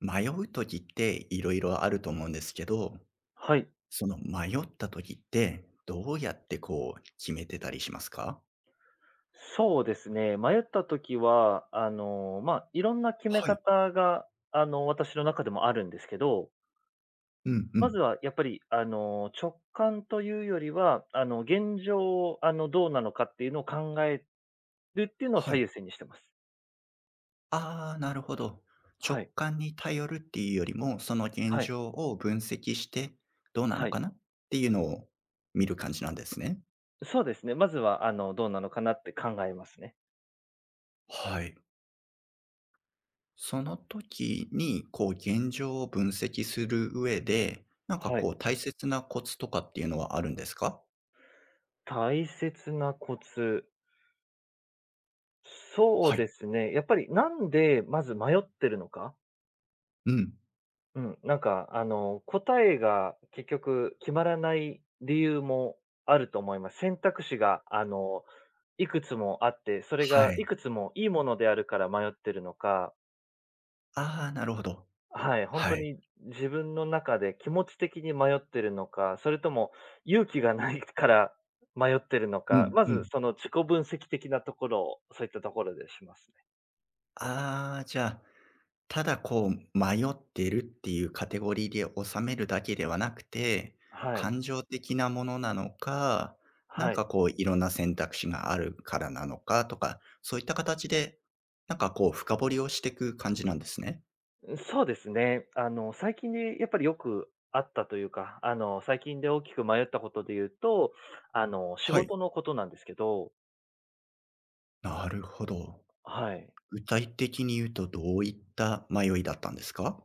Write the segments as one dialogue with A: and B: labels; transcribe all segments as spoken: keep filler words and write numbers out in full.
A: 迷う時っていろいろあると思うんですけど、
B: はい。
A: その迷った時って、どうやってこう決めてたりしますか？
B: そうですね。迷った時は、あの、まあ、いろんな決め
A: はい。
B: 方が、あの、私の中でもあるんですけど、
A: うんう
B: まず
A: ん。
B: はやっぱり、あの、直感というよりは、あの、現状、あの、どうなのかっていうのを考えるっていうのを
A: は
B: 最
A: い。
B: 優先にしてます。
A: ああ、なるほど。直
B: はい。
A: 感に頼るっていうよりも、その現
B: はい。
A: 状を分析して、どうなの
B: はい。
A: かなっていうのを見る感じなんですね。
B: そうですね。まずは、あの、どうなのかなって考えますね。
A: はい。その時に、こう現状を分析する上で、なんか
B: は
A: こ
B: い。
A: う大切なコツとかっていうのはあるんですか？
B: 大切なコツ。そう
A: はい。
B: ですね。やっぱりなんでまず迷ってるのか。
A: うん、
B: うん、なんか、あの、答えが結局決まらない理由もあると思います。選択肢が、あの、いくつもあって、それ
A: は
B: がい
A: い。
B: くつもいいものであるから迷ってるのか、
A: ああ、なるほど。
B: はい、本
A: は
B: 当
A: い。
B: に自分の中で気持ち的に迷ってるのか、それとも勇気がないから迷ってるの
A: う
B: か、
A: ん、
B: ま
A: う
B: ず
A: ん。
B: その自己分析的なところを、そういったところでしますね。
A: ああ、じゃあ、ただこう迷ってるっていうカテゴリーで収めるだけではなくて、
B: はい、
A: 感情的なものなのか、なん
B: は
A: か
B: い。
A: こういろんな選択肢があるからなのかとか、そういった形で、なんかこう深掘りをしていく感じなんですね。
B: そうですね。あの、最近でやっぱりよくあったというか、あの、最近で大きく迷ったことで言うと、あの、仕
A: はい。
B: 事のことなんですけど、
A: なるほど。
B: はい。
A: 具体的に言うとどういった迷いだったんですか？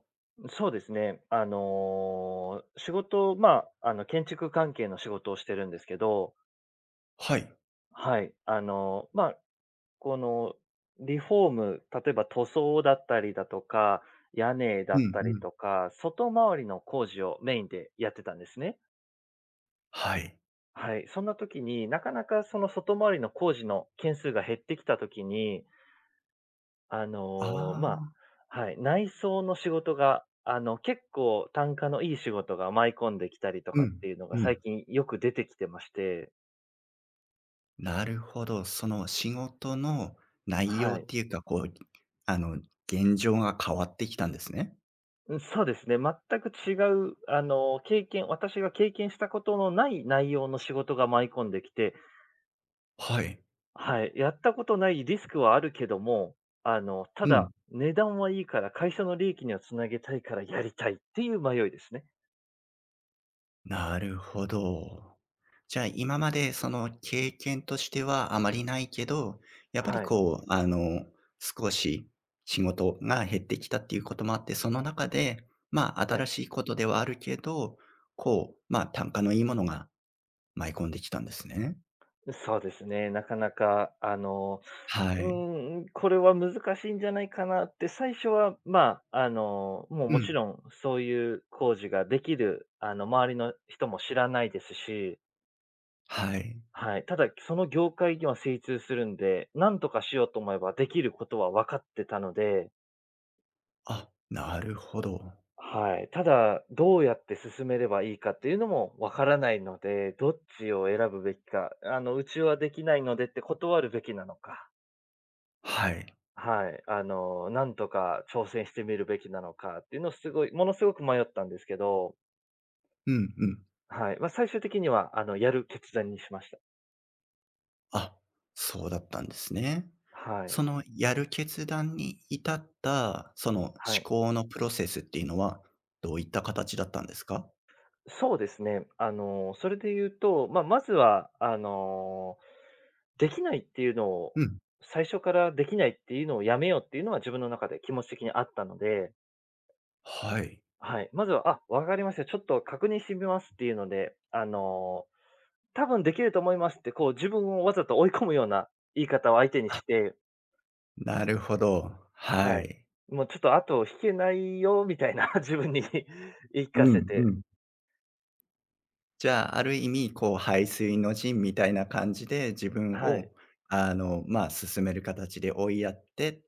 B: そうですね。あの、仕事、まあ、あの、建築関係の仕事をしてるんですけど、
A: はい。
B: はい。あの、まあ、この、リフォーム、例えば塗装だったりだとか、屋根だ
A: うん
B: ったり
A: うん。
B: とか、外回りの工事をメインでやってたんですね。
A: はい。
B: はい、そんな時に、なかなかその外回りの工事の件数が減ってきた時に、あ
A: あ
B: の、ま
A: あ。
B: あ、はい、内装の仕事が、あの、結構単価のいい仕事が舞い込んできたりと
A: う
B: かっ
A: ん。
B: ていうの
A: う
B: が最
A: ん。
B: 近よく出てきてまして、
A: なるほど。その仕事の内容
B: は
A: っ
B: い。
A: ていうか、こう、あの、現状が変わってきたんですね。
B: うん、そうですね、全く違う、あの、経験私が経験したことのない内容の仕事が舞い込んできて、
A: はい。
B: はい、やったことないリスクはあるけども、あの、た
A: うん。
B: だ、値段はいいから会社の利益にはつなげたいからやりたいっていう迷いですね。
A: なるほど。じゃあ今までその経験としてはあまりないけど、やっぱり
B: はい。
A: こう、あの、少し仕事が減ってきたっていうこともあって、その中で、まあ
B: は
A: 新
B: い。
A: しいことではあるけど、こう、まあ単価のいいものが舞い込んできたんですね。
B: そうですね。なかなか、あの、
A: は
B: う
A: い。
B: ーん、これは難しいんじゃないかなって、最初は、まあ、あの、もう
A: う
B: も
A: ん。
B: ちろん、そういう工事ができる、あの、周りの人も知らないですし、
A: はい。
B: はい。ただ、その業界には精通するんで、なんとかしようと思えばできることは分かってたので、
A: あ、なるほど。
B: はい。ただ、どうやって進めればいいかっていうのもわからないので、どっちを選ぶべきか、あの、うちはできないのでって断るべきなのか、
A: はい。
B: はい。あの、なんとか挑戦してみるべきなのかっていうのをすごい、ものすごく迷ったんですけど、
A: うんうん。
B: はい。まあ、最終的には、あの、やる決断にしました。
A: あ、そうだったんですね。
B: はい。
A: そのやる決断に至った、その思
B: はい。
A: 考のプロセスっていうのは、どういった形だったんですか？
B: そうですね。あの、それで言うと、まあ、まずは、あの、できないっていうの
A: う
B: を、
A: ん。
B: 最初からできないっていうのをやめようっていうのは自分の中で気持ち的にあったので、
A: はい。
B: はい。まずは、あ、わかりました。ちょっと確認してみますっていうので、あの、多分できると思いますって、こう自分をわざと追い込むような言い方を相手にして、
A: なるほど。は
B: はい。
A: い。
B: もうちょっと後を引けないよみたいな 自分に 言い聞
A: う
B: かせ
A: んう
B: て、
A: ん。じゃあ、ある意味、こう排水の陣みたいな感じで、自分
B: はい。
A: をあの、ま、あ進める形で追いやってっ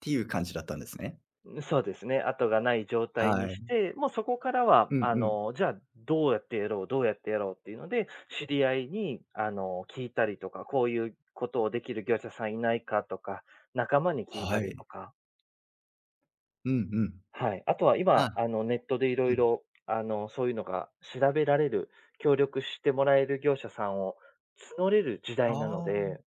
A: ていう感じだったんですね。
B: そうですね。後がない状態に
A: はい。
B: して、もうそこから
A: う
B: は、
A: ん
B: あ
A: うん。
B: の、じゃあ、どうやってやろう、どうやってやろうっていうので、知り合いに、あの、聞いたりとか、こういうことをできる業者さんいないかとか、仲間に聞いた
A: は
B: り
A: い。
B: とか、
A: うんうん。
B: はい。あとは
A: あ。
B: 今、あの、ネットでい
A: う
B: ろい
A: ん。
B: ろ、あの、そういうのが調べられる、協力してもらえる業者さんを募れる時代なの
A: ああ。
B: で、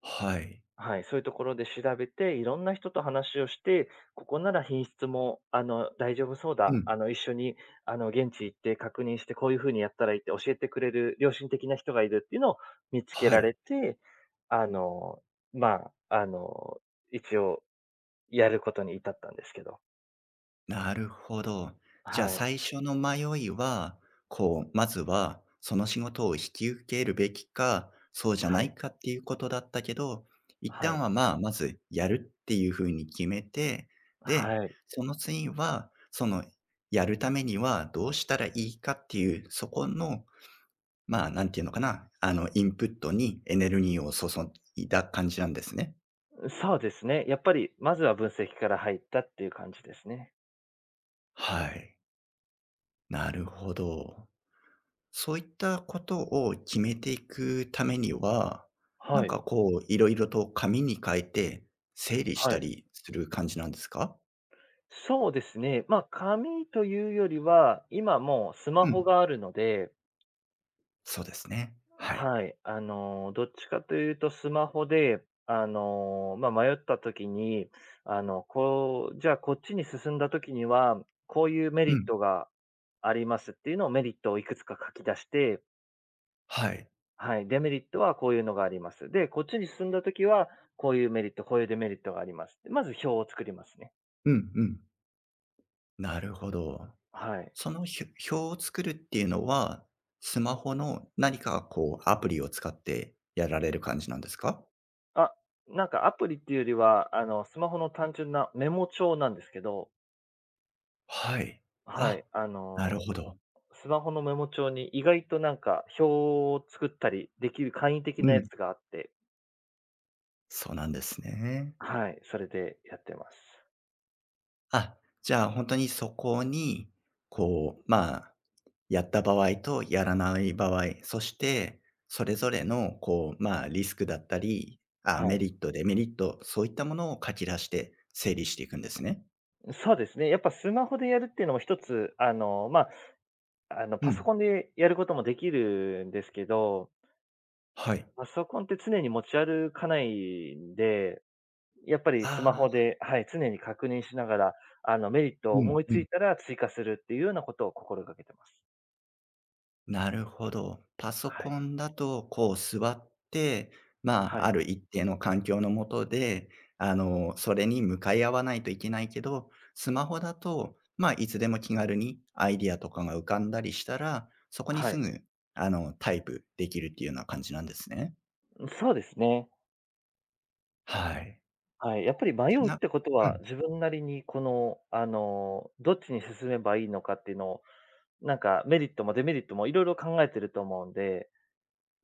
A: はい。
B: はい、そういうところで調べて、いろんな人と話をして、ここなら品質も、あの、大丈夫そう
A: う
B: だ。
A: ん。
B: あの、一緒に、あの、現地行って確認して、こういうふうにやったらいいって教えてくれる良心的な人がいるっていうのを見つけ
A: は
B: られ
A: い。
B: て、あの、まあ、あの、一応やることに至ったんですけど。
A: なるほど。じゃあ
B: はい。
A: 最初の迷いは、こう、まずはその仕事を引き受けるべきか、そうじゃ
B: は
A: ない
B: い。
A: かっていうことだったけど、一
B: は
A: 旦
B: い。
A: はまあ、まずやるっていうふうに決めて、で、
B: はい。
A: その次は、その、やるためにはどうしたらいいかっていう、そこの、まあ、なんていうのかな、あの、インプットにエネルギーを注いだ感じなんですね。
B: そうですね。やっぱり、まずは分析から入ったっていう感じですね。
A: はい。なるほど。そういったことを決めていくためには、な
B: は
A: ん
B: い。
A: かこう、いろいろと紙に書いて整理し
B: は
A: た
B: い。
A: りする感じなんですか？
B: そうですね。まあ、紙というよりは、今もうス
A: う
B: マホ
A: ん、
B: があるので、
A: そうですね。はい。
B: はい。あのー、どっちかというとスマホで、あのー、まあ、迷った時に、あの、こう、じゃあこっちに進んだ時には、こういうメ
A: う
B: リッ
A: ん、
B: トがありますっていうのをメリットをいくつか書き出して、
A: はい。
B: はい。デメリットはこういうのがあります。で、こっちに進んだ時は、こういうメリット、こういうデメリットがあります。まず表を作りますね。
A: うんうん。なるほど。
B: はい。
A: その、ひ表を作るっていうのは、スマホの何かこうアプリを使ってやられる感じなんですか？
B: あ、なんかアプリっていうよりは、あの、スマホの単純なメモ帳なんですけど、
A: はい。
B: は
A: あ、
B: い、あ
A: な
B: の、
A: るほど。
B: スマホのメモ帳に意外となんか表を作ったりできる簡易的
A: う
B: なや
A: ん、
B: つがあって、
A: そうなんですね。
B: はい、それでやってます。
A: あ、じゃあ、本当にそこに、こう、まあ、やった場合とやらない場合、そしてそれぞれの、こう、まあ、リスクだったり、あ、
B: は
A: メ
B: い。
A: リット、デメリット、そういったものを書き出して整理していくんですね。
B: そうですね。やっぱスマホでやるっていうのも一つ、あの、まあ、あの、
A: う
B: パソ
A: ん、
B: コンでやることもできるんですけど、
A: はい。
B: パソコンって常に持ち歩かないんで、やっぱりスマ
A: あ
B: ホ
A: あ、
B: で、はい、常に確認しながら、あの、メリットを
A: うん
B: 思い
A: う
B: つ
A: ん。
B: いたら追加するっていうようなことを心がけてます。
A: なるほど。パソ
B: はい。
A: コンだと、こう座って、ま
B: は
A: あ、あ
B: い。
A: る一定の環境の下で、あの、それに向かい合わないといけないけど、スマホだと、まあ、いつでも気軽にアイディアとかが浮かんだりしたら、そこに
B: は
A: す
B: い。
A: ぐ、あの、タイプできるっていうような感じなんですね。
B: そうですね。
A: はい。
B: はい。やっぱり迷
A: ち
B: うっ
A: な
B: てこと
A: う
B: は、
A: ん、
B: 自分なりにこの、あの、どっちに進めばいいのかっていうのを、なんかメリットもデメリットもいろいろ考えてると思うんで、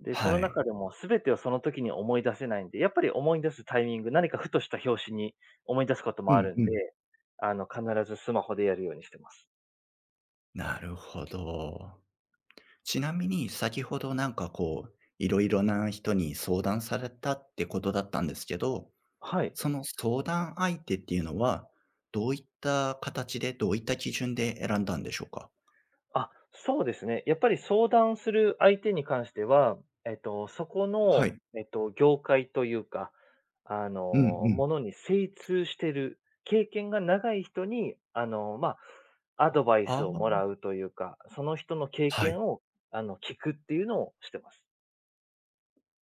B: で、そ
A: は
B: の
A: い。
B: 中でも全てをその時に思い出せないんで、やっぱり思い出すタイミング、何かふとした拍子に思い出すことも
A: う
B: あ
A: ん
B: るん
A: う
B: で、
A: ん。
B: あの、必ずスマホでやるようにしてます。
A: なるほど。ちなみに先ほどなんかこう、いろいろな人に相談されたってことだったんですけど、
B: はい。
A: その相談相手っていうのは、どういった形で、どういった基準で選んだんでしょうか？
B: あ、そうですね。やっぱり相談する相手に関しては、えっと、そこ
A: は
B: の、
A: い。
B: えっと、業界というか、あ
A: うんう
B: の、
A: ん。
B: ものに精通してる、経験が長い人に、あの、まあ、アドバイスをも
A: あ
B: らうというか、その人の経
A: あ、はい。
B: 験を、あの、聞くっていうのをしてます。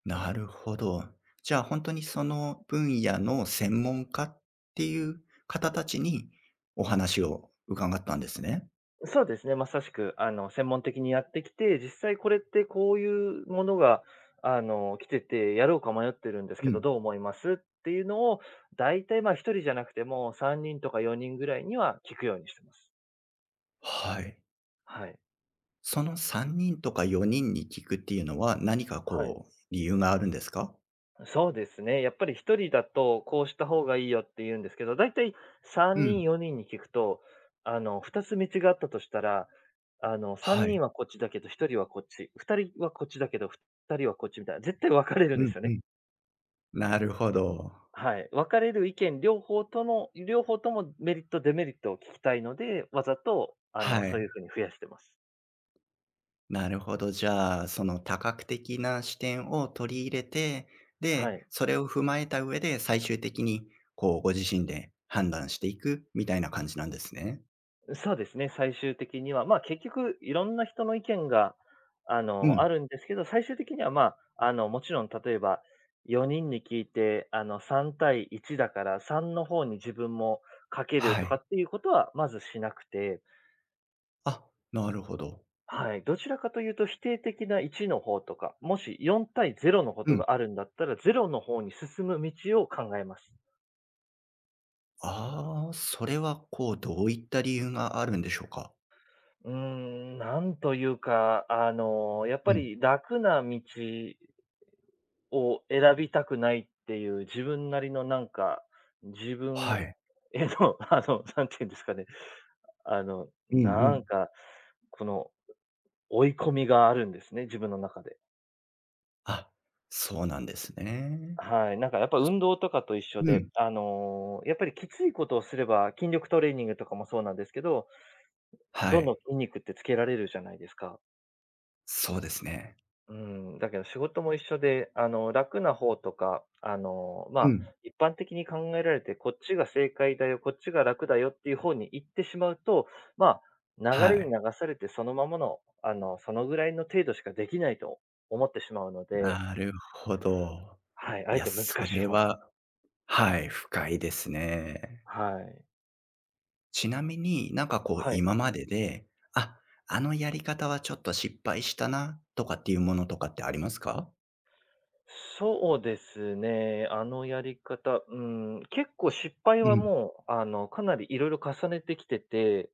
A: なるほど。じゃあ、本当にその分野の専門家っていう方たちにお話を伺ったんですね。
B: そうですね、まさしく、あの、専門的にやってきて、実際これってこういうものが、あの、来てて、やろうか迷ってるんですけ
A: う
B: ど、
A: ん。
B: どう思います？っていうのを、大体、ま、ひとりじゃなくても、さんにんとかよにんぐらいには聞くようにしてます。
A: はい。
B: はい。
A: そのさんにんとかよにんに聞くっていうのは、何か
B: はい。
A: こう理由があるんですか？
B: そうですね、やっぱりひとりだと、こうした方がいいよって言うんですけど、大体
A: う
B: さんにん、
A: ん。
B: よにんに聞くと、あの、ふたつ道があったとしたら、あの、3
A: はい。
B: 人はこっちだけど、ひとりはこっち、ふたりはこっちだけど、ふたりはこっちみたいな、絶対分かれるん
A: う
B: で
A: ん
B: すよ
A: う
B: ね。
A: ん。なるほど。
B: はい、分かれる意見両方との両方ともメリット、デメリットを聞きたいので、わざと、あ
A: は
B: の、そういう
A: い。
B: 風に増やしてます。
A: なるほど。じゃあ、その多角的な視点を取り入れて、で、
B: はい。
A: それを踏まえた上で最終的に、こう、ご自身で判断していくみたいな感じなんですね。
B: そうですね、最終的には、まあ、結局いろんな人の意見が、あ
A: う
B: の、あ
A: ん。
B: るんですけど、最終的には、まあ、あの、もちろん例えばよにんに聞いて、あの、さん対いちだからさんの方に自分もかける
A: は
B: とか
A: い。
B: っていうことはまずしなくて、
A: あ、なるほど。
B: はい。どちらかというと否定的ないちの方とか、もしよん対ゼロのこ
A: う
B: と
A: ん。
B: があるんだったら、ゼロの方に進む道を考えます。
A: ああ、それは、こう、どういった理由があるんでしょうか？
B: うーん、なんというか、あの、やっ
A: う
B: ぱ
A: ん。
B: り楽な道を選びたくないっていう自分なりのなんか、自
A: は
B: 分
A: い。
B: への、あの、なんていうんですかね。あの、
A: うんう
B: なん
A: ん。
B: か、この追い込みがあるんですね、自分の中で。
A: あ、そうなんですね。
B: はい、なんかやっぱ運動とかと一緒
A: うん。
B: で、あの、やっぱりきついことをすれば、筋力トレーニングとかもそうなんですけど、
A: は
B: どんどん
A: い。
B: 筋肉ってつけられるじゃないですか。
A: そうですね。
B: うん、だけど仕事も一緒で、あの、楽な方とか、あの、ま
A: う
B: あ、
A: ん。
B: 一般的に考えられて、こっちが正解だよ、こっちが楽だよっていう方に行ってしまうと、まあ、
A: は
B: 流れに流
A: い。
B: されてそのままの、あの、そのぐらいの程度しかできないと思ってしまうので、
A: なるほど。
B: はい、あ
A: い
B: え
A: や、
B: て難
A: そ
B: しい
A: れ
B: 方に。
A: ははい、深いですね。
B: はい。
A: ちなみになんかこう
B: はい。
A: 今までで、あ、あのやり方はちょっと失敗したなとかっていうものとかってありますか？
B: そうですね。あのやり方、うん、結構失敗
A: う
B: は
A: ん。
B: もう、あの、かなりいろいろ重ねてきてて、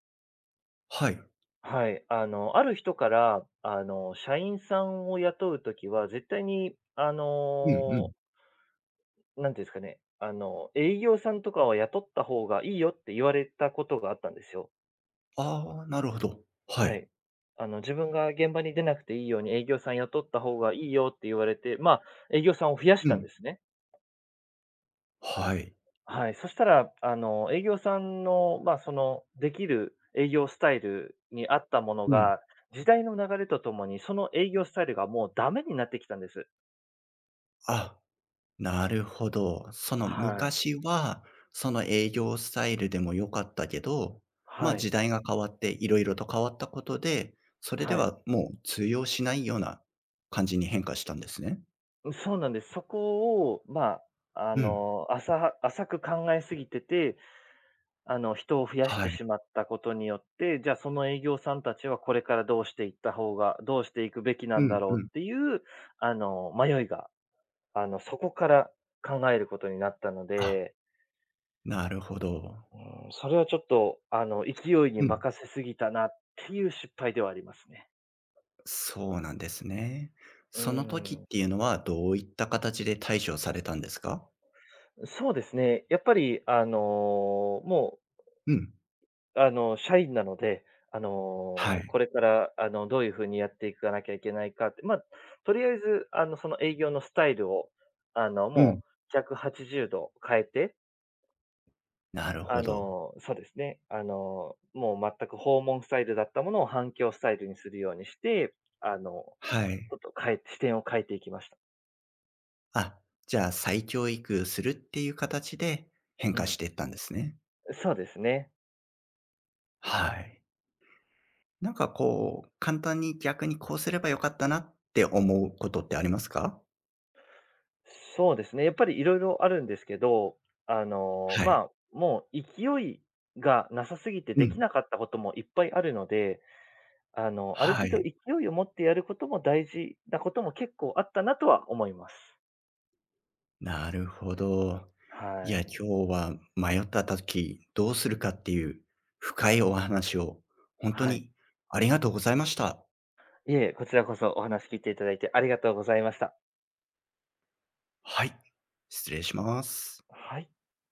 A: はい。
B: はい。あの、ある人から、あの、社員さんを雇うときは、絶対に、あ
A: うんう
B: の、
A: ん。
B: なんていうんですかね、あの、営業さんとかは雇った方がいいよって言われたことがあったんですよ。
A: ああ、なるほど。は
B: は
A: い。
B: い。あの、自分が現場に出なくていいように営業さん雇った方がいいよって言われて、まあ、営業さんを増やし
A: う
B: たん
A: ん。
B: ですね。
A: はい。
B: はい、そしたら、あの、営業さんの、まあ、その、できる営業スタイルに合ったもの
A: うん。
B: が、時代の流れとともに、その営業スタイルがもうダメになってきたんです。
A: あ、なるほど。その
B: はい。
A: 昔は、その営業スタイルでも良かったけど、ま、あ
B: は
A: 時
B: い。
A: 代が変わっていろいろと変わったことで、それで
B: はい。
A: はもう通用しないような感じに変化したんですね。
B: そうなんです。そこを、まあ、あ
A: うん。
B: の、浅浅く考えすぎてて、あの、人を増やし
A: は
B: てし
A: い。
B: まったことによって、じゃあ、その営業さんたちはこれからどうしていった方がどうしていくべきな
A: う
B: んだ
A: ん
B: ろ
A: う
B: うっ
A: ん。
B: ていう、あの、迷いがあの、そこから考えることになったの
A: あ、
B: で、
A: なるほど。
B: うん、それはちょっと、あの、勢いに
A: うん。
B: 任せすぎたなっていう失敗ではありますね。
A: そうなんですね。
B: う
A: その時っ
B: ん。
A: ていうのはどういった形で対処されたんですか？
B: そうですね。やっぱり、あの、も
A: うん。
B: う、あの、社員なので、あ
A: は
B: の、
A: い。
B: これから、あの、どういう風にやっていかなきゃいけないかって、まあ、とりあえず、あの、その営業のスタイルを、あの、
A: う
B: も
A: ん。
B: うひゃくはちじゅうど変えて、
A: なるほ
B: あ
A: ど。
B: の、そうですね。あの、もう全く訪問スタイルだったものを反響スタイルにするようにして、あの、
A: はい。
B: ちょっと変え視点を変えていきました。
A: あ、じゃあ再教育するっていう形で変
B: う
A: 化し
B: ん。
A: ていったんですね。
B: そうですね。
A: はい。なんかこう、簡単に逆にこうすればよかったなって思うことってありますか？
B: そうですね。やっぱりいろいろあるんですけど、あの、
A: はい。
B: まあ、もう勢いがなさすぎて
A: う
B: でき
A: ん。
B: なかったこともいっぱいあるので、あの、ある
A: は
B: 程度
A: い。
B: 勢いを持ってやることも大事なことも結構あったなとは思います。
A: なるほど。い
B: は
A: や、
B: い。
A: 今日は迷った時どうするかっていう深いお話を本当
B: はい。
A: にありがとうございました。
B: いえ、こちらこそお話聞いていただいてありがとうございました。
A: はい、失礼します。
B: はい。